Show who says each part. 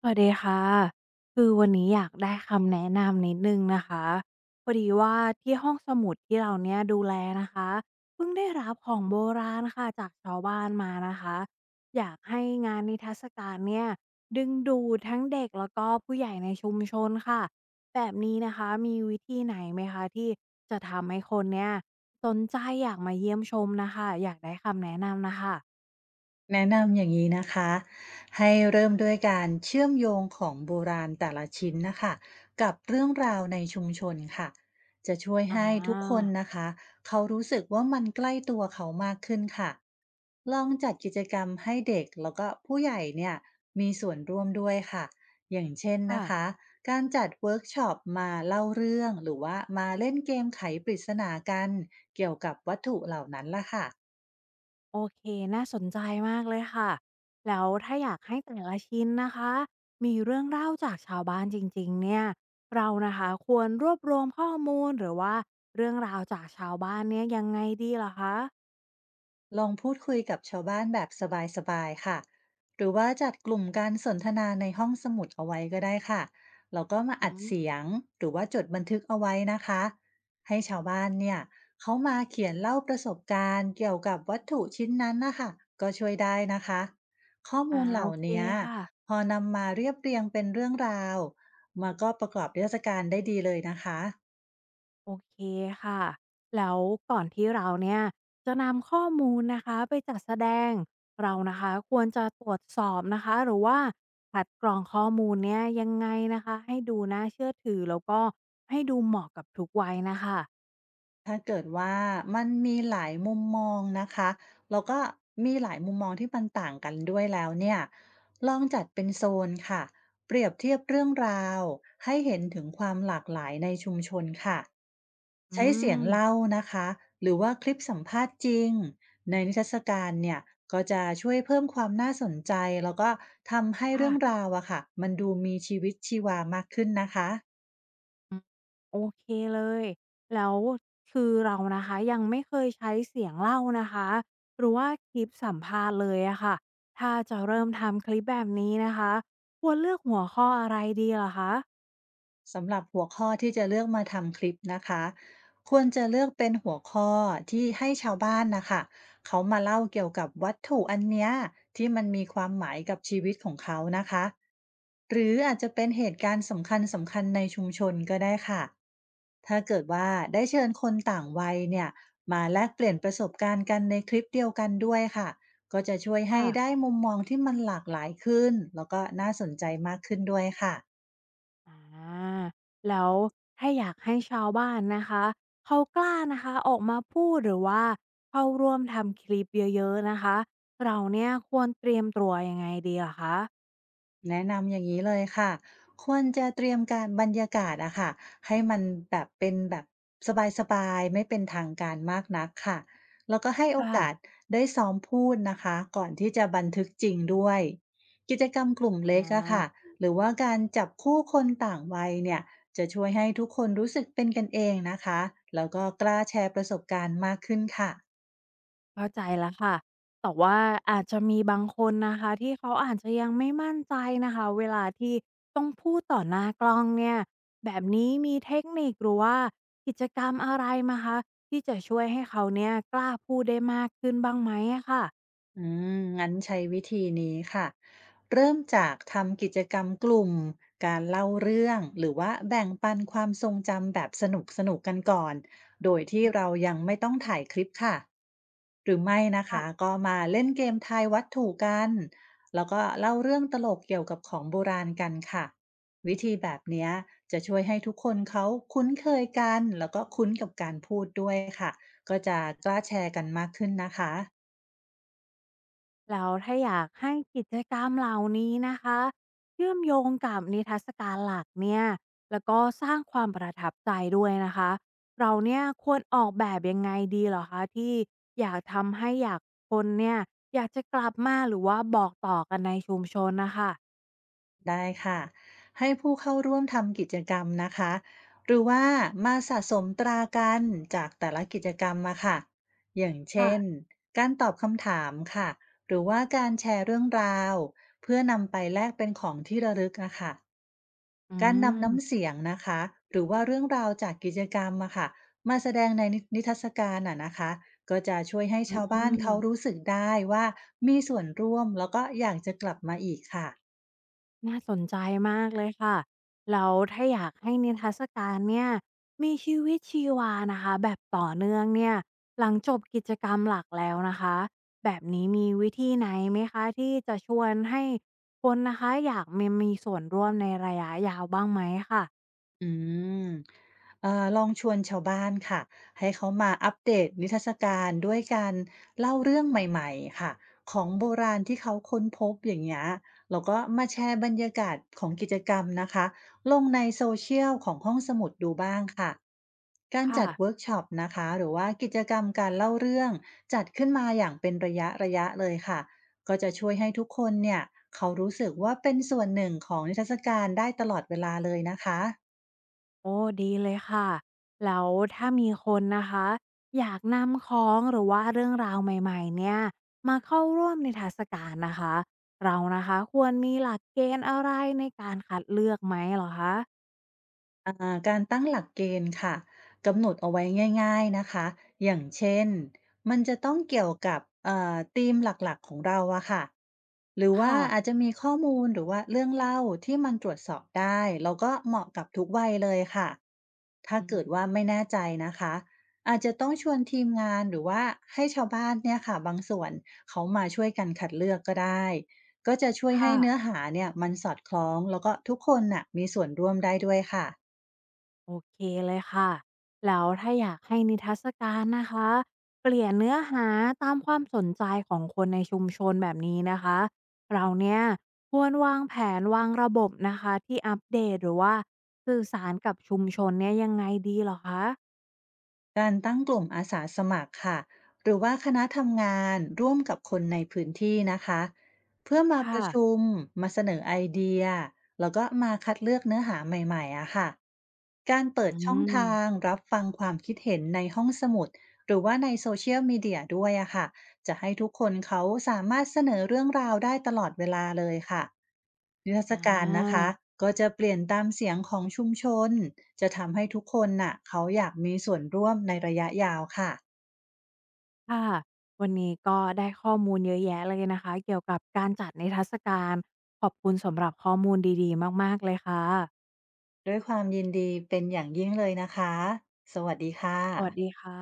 Speaker 1: สวัสดีค่ะคือวันนี้อยากได้คำแนะนำนิดนึงนะคะพอดีว่าที่ห้องสมุดที่เราเนี่ยดูแลนะคะเพิ่งได้รับของโบราณค่ะจากชาวบ้านมานะคะอยากให้งานนิทรรศการเนี่ยดึงดูดทั้งเด็กแล้วก็ผู้ใหญ่ในชุมชนค่ะแบบนี้นะคะมีวิธีไหนไหมคะที่จะทำให้คนเนี่ยสนใจอยากมาเยี่ยมชมนะคะอยากได้คำแนะนำนะคะ
Speaker 2: แนะนำอย่างนี้นะคะให้เริ่มด้วยการเชื่อมโยงของโบราณแต่ละชิ้นนะคะกับเรื่องราวในชุมชนค่ะจะช่วย
Speaker 1: อ่
Speaker 2: ให้ทุกค
Speaker 1: า
Speaker 2: นนะคะเขารู้สึกว่ามันใกล้ตัวเขามากขึ้นค่ะลองจัดกิจกรรมให้เด็กแล้วก็ผู้ใหญ่เนี่ยมีส่วนร่วมด้วยค่ะอย่างเช่น
Speaker 1: ค่ะ
Speaker 2: นะคะการจัดเวิร์กช็อปมาเล่าเรื่องหรือว่ามาเล่นเกมไขปริศนากันเกี่ยวกับวัตถุเหล่านั้นละค่ะ
Speaker 1: โอเคน่าสนใจมากเลยค่ะแล้วถ้าอยากให้แต่ละชิ้นนะคะมีเรื่องเล่าจากชาวบ้านจริงๆเนี่ยเรานะคะควรรวบรวมข้อมูลหรือว่าเรื่องราวจากชาวบ้านเนี่ยยังไงดีเหรอคะ
Speaker 2: ลองพูดคุยกับชาวบ้านแบบสบายๆค่ะหรือว่าจัดกลุ่มการสนทนาในห้องสมุดเอาไว้ก็ได้ค่ะแล้วก็มา
Speaker 1: อื
Speaker 2: อัดเสีย
Speaker 1: ม
Speaker 2: งหรือว่าจดบันทึกเอาไว้นะคะให้ชาวบ้านเนี่ยเขามาเขียนเล่าประสบการณ์เกี่ยวกับวัตถุชิ้นนั้นนะคะ ก็ช่วยได้นะคะ ข้อ
Speaker 1: อ่า
Speaker 2: มูลเห
Speaker 1: โอ
Speaker 2: ล่า
Speaker 1: เค
Speaker 2: นี้
Speaker 1: ค่ะ
Speaker 2: พอนำมาเรียบเรียงเป็นเรื่องราวมาก็ประกอบนิทรรศการได้ดีเลยนะคะ
Speaker 1: โอเคค่ะ แล้วก่อนที่เราเนี่ยจะนำข้อมูลนะคะไปจัดแสดง เรานะคะควรจะตรวจสอบนะคะหรือว่าคัดกรองข้อมูลเนี่ยยังไงนะคะให้ดูน่าเชื่อถือแล้วก็ให้ดูเหมาะกับทุกวัยนะคะ
Speaker 2: ถ้าเกิดว่ามันมีหลายมุมมองนะคะแล้วก็มีหลายมุมมองที่มันต่างกันด้วยแล้วเนี่ยลองจัดเป็นโซนค่ะเปรียบเทียบเรื่องราวให้เห็นถึงความหลากหลายในชุมชนค่ะ
Speaker 1: อื
Speaker 2: ใช้เสียง
Speaker 1: ม
Speaker 2: เล่านะคะหรือว่าคลิปสัมภาษณ์จริงในนิทรรศการเนี่ยก็จะช่วยเพิ่มความน่าสนใจแล้วก็ทำให้
Speaker 1: ค่ะ
Speaker 2: เรื่องราวอะค่ะมันดูมีชีวิตชีวามากขึ้นนะคะ
Speaker 1: อืมโอเคเลยแล้วคือเรานะคะยังไม่เคยใช้เสียงเล่านะคะหรือว่าคลิปสัมภาษณ์เลยอะค่ะถ้าจะเริ่มทำคลิปแบบนี้นะคะควรเลือกหัวข้ออะไรดีเหรอคะ
Speaker 2: สำหรับหัวข้อที่จะเลือกมาทำคลิปนะคะควรจะเลือกเป็นหัวข้อที่ให้ชาวบ้านนะคะเขามาเล่าเกี่ยวกับวัตถุอันเนี้ยที่มันมีความหมายกับชีวิตของเขานะคะหรืออาจจะเป็นเหตุการณ์สำคัญสำคัญในชุมชนก็ได้ค่ะถ้าเกิดว่าได้เชิญคนต่างวัยเนี่ยมาแลกเปลี่ยนประสบการณ์กันในคลิปเดียวกันด้วยค่ะก็จะช่วยให้
Speaker 1: ค่ะ
Speaker 2: ได้มุมมองที่มันหลากหลายขึ้นแล้วก็น่าสนใจมากขึ้นด้วยค่ะ
Speaker 1: อาแล้วถ้าอยากให้ชาวบ้านนะคะเขากล้านะคะออกมาพูดหรือว่าเข้าร่วมทำคลิปเยอะๆนะคะเราเนี่ยควรเตรียมตัวยังไงดีเหรอคะ
Speaker 2: แนะนำอย่างนี้เลยค่ะควรจะเตรียมการบรรยากาศอะค่ะให้มันแบบเป็นแบบสบายๆไม่เป็นทางการมากนักค่ะแล้วก็ให้โอ
Speaker 1: ค
Speaker 2: กาส
Speaker 1: ่ะ
Speaker 2: ได้ซ้อมพูดนะคะก่อนที่จะบันทึกจริงด้วยกิจกรรมกลุ่ม
Speaker 1: อ
Speaker 2: เล็กอะค่ะ
Speaker 1: า
Speaker 2: หรือว่าการจับคู่คนต่างวัยเนี่ยจะช่วยให้ทุกคนรู้สึกเป็นกันเองนะคะแล้วก็กล้าแชร์ประสบการณ์มากขึ้นค่ะ
Speaker 1: เข้าใจแล้วค่ะ แต่ว่าอาจจะมีบางคนนะคะที่เขาอาจจะยังไม่มั่นใจนะคะเวลาที่ต้องพูดต่อหน้ากล้องเนี่ยแบบนี้มีเทคนิคหรือว่ากิจกรรมอะไรไหมคะที่จะช่วยให้เขาเนี่ยกล้าพูดได้มากขึ้นบ้างไหมอะค่ะ
Speaker 2: อืงั้นใช้วิธีนี้ค่ะเริ่มจากทำกิจกรรมกลุ่มการเล่าเรื่องหรือว่าแบ่งปันความทรงจำแบบสนุกสนุกกันก่อนโดยที่
Speaker 1: อื
Speaker 2: เรา
Speaker 1: ม
Speaker 2: ยังไม่ต้องถ่ายคลิปค่ะหรือไม่นะ
Speaker 1: ค่ะ
Speaker 2: คะก็มาเล่นเกมทายวัตถุกันแล้วก็เล่าเรื่องตลกเกี่ยวกับของโบราณกันค่ะวิธีแบบเนี้ยจะช่วยให้ทุกคนเขาคุ้นเคยกันแล้วก็คุ้นกับการพูดด้วยค่ะก็จะกล้าแชร์กันมากขึ้นนะคะ
Speaker 1: แล้วถ้าอยากให้กิจกรรมเหล่านี้นะคะเชื่อมโยงกับนิทรรศการหลักเนี่ยแล้วก็สร้างความประทับใจด้วยนะคะเราเนี่ยควรออกแบบยังไงดีเหรอคะที่อยากทำให้อยากคนเนี่ยอยากจะกลับมาหรือว่าบอกต่อกันในชุมชนนะคะ
Speaker 2: ได้ค่ะให้ผู้เข้าร่วมทำกิจกรรมนะคะหรือว่ามาสะสมตรากันจากแต่ละกิจกรรมมาค่ะอย่างเช่น
Speaker 1: ค่ะ
Speaker 2: การตอบคำถามค่ะหรือว่าการแชร์เรื่องราวเพื่อนำไปแลกเป็นของที่ระลึกอะค่ะ
Speaker 1: อื
Speaker 2: การนำน้ำ
Speaker 1: ม
Speaker 2: เสียงนะคะหรือว่าเรื่องราวจากกิจกรรมมาค่ะมาแสดงในนินิทรรศการอะนะคะก็จะช่วยให้ชาวบ้านเขารู้สึกได้ว่ามีส่วนร่วมแล้วก็อยากจะกลับมาอีกค่ะ
Speaker 1: น่าสนใจมากเลยค่ะแล้วถ้าอยากให้นิทรรศการเนี่ยมีชีวิตชีวานะคะแบบต่อเนื่องเนี่ยหลังจบกิจกรรมหลักแล้วนะคะแบบนี้มีวิธีไหนไหมคะที่จะชวนให้คนนะคะอยากมีมีส่วนร่วมในระยะยาวบ้างไหมค่ะ
Speaker 2: อืมลองชวนชาวบ้านค่ะให้เขามาอัปเดตนิทรรศการด้วยการเล่าเรื่องใหม่ๆค่ะของโบราณที่เขาค้นพบอย่างเงี้ยแล้วก็มาแชร์บรรยากาศของกิจกรรมนะคะลงในโซเชียลของห้องสมุดดูบ้างค่ะการ
Speaker 1: ค่ะ
Speaker 2: จัดเวิร์กช็อปนะคะหรือว่ากิจกรรมการเล่าเรื่องจัดขึ้นมาอย่างเป็นระยะระยะเลยค่ะก็จะช่วยให้ทุกคนเนี่ยเขารู้สึกว่าเป็นส่วนหนึ่งของนิทรรศการได้ตลอดเวลาเลยนะคะ
Speaker 1: โอ้ดีเลยค่ะแล้วถ้ามีคนนะคะอยากนำของหรือว่าเรื่องราวใหม่ๆเนี่ยมาเข้าร่วมในเทรรศการนะคะเรานะคะควรมีหลักเกณฑ์อะไรในการคัดเลือกไหมเหรอคะ
Speaker 2: การตั้งหลักเกณฑ์ค่ะกำหนดเอาไว้ง่ายๆนะคะอย่างเช่นมันจะต้องเกี่ยวกับธีมหลักๆของเราอะค่ะหรือว่า
Speaker 1: ค่ะ
Speaker 2: อาจจะมีข้อมูลหรือว่าเรื่องเล่าที่มันตรวจสอบได้แล้วก็เหมาะกับทุกวัยเลยค่ะถ้า
Speaker 1: อื
Speaker 2: เกิ
Speaker 1: ม
Speaker 2: ดว่าไม่แน่ใจนะคะอาจจะต้องชวนทีมงานหรือว่าให้ชาวบ้านเนี่ยค่ะบางส่วนเขามาช่วยกันคัดเลือกก็ได้ก็จะช่วยให้
Speaker 1: ค่ะ
Speaker 2: เนื้อหาเนี่ยมันสอดคล้องแล้วก็ทุกคนน่ะมีส่วนร่วมได้ด้วยค่ะ
Speaker 1: โอเคเลยค่ะแล้วถ้าอยากให้นิทรรศการนะคะเปลี่ยนเนื้อหาตามความสนใจของคนในชุมชนแบบนี้นะคะเราเนี่ยควรวางแผนวางระบบนะคะที่อัปเดตหรือว่าสื่อสารกับชุมชนเนี่ยยังไงดีเหรอคะ
Speaker 2: การตั้งกลุ่มอาสาสมัครค่ะหรือว่าคณะทำงานร่วมกับคนในพื้นที่นะคะเพื่อมา
Speaker 1: ค
Speaker 2: ประชุ
Speaker 1: ่ะ
Speaker 2: มมาเสนอไอเดียแล้วก็มาคัดเลือกเนื้อหาใหม่ๆอะค่ะการเปิ
Speaker 1: อื
Speaker 2: ดช่องทาง
Speaker 1: ม
Speaker 2: รับฟังความคิดเห็นในห้องสมุดหรือว่าในโซเชียลมีเดียด้วยอะค่ะ จะให้ทุกคนเขาสามารถเสนอเรื่องราวได้ตลอดเวลาเลยค่ะนิทรรศ
Speaker 1: อ่
Speaker 2: การนะ
Speaker 1: า
Speaker 2: คะก็จะเปลี่ยนตามเสียงของชุมชนจะทำให้ทุกคนน่ะเขาอยากมีส่วนร่วมในระยะยาวค่ะ
Speaker 1: ค่ะวันนี้ก็ได้ข้อมูลเยอะแยะเลยนะคะเกี่ยวกับการจัดนิทรรศการขอบคุณสำหรับข้อมูลดีๆมากๆเลยค่ะ
Speaker 2: ด้วยความยินดีเป็นอย่างยิ่งเลยนะคะสวัสดีค่ะ
Speaker 1: สวัสดีค่ะ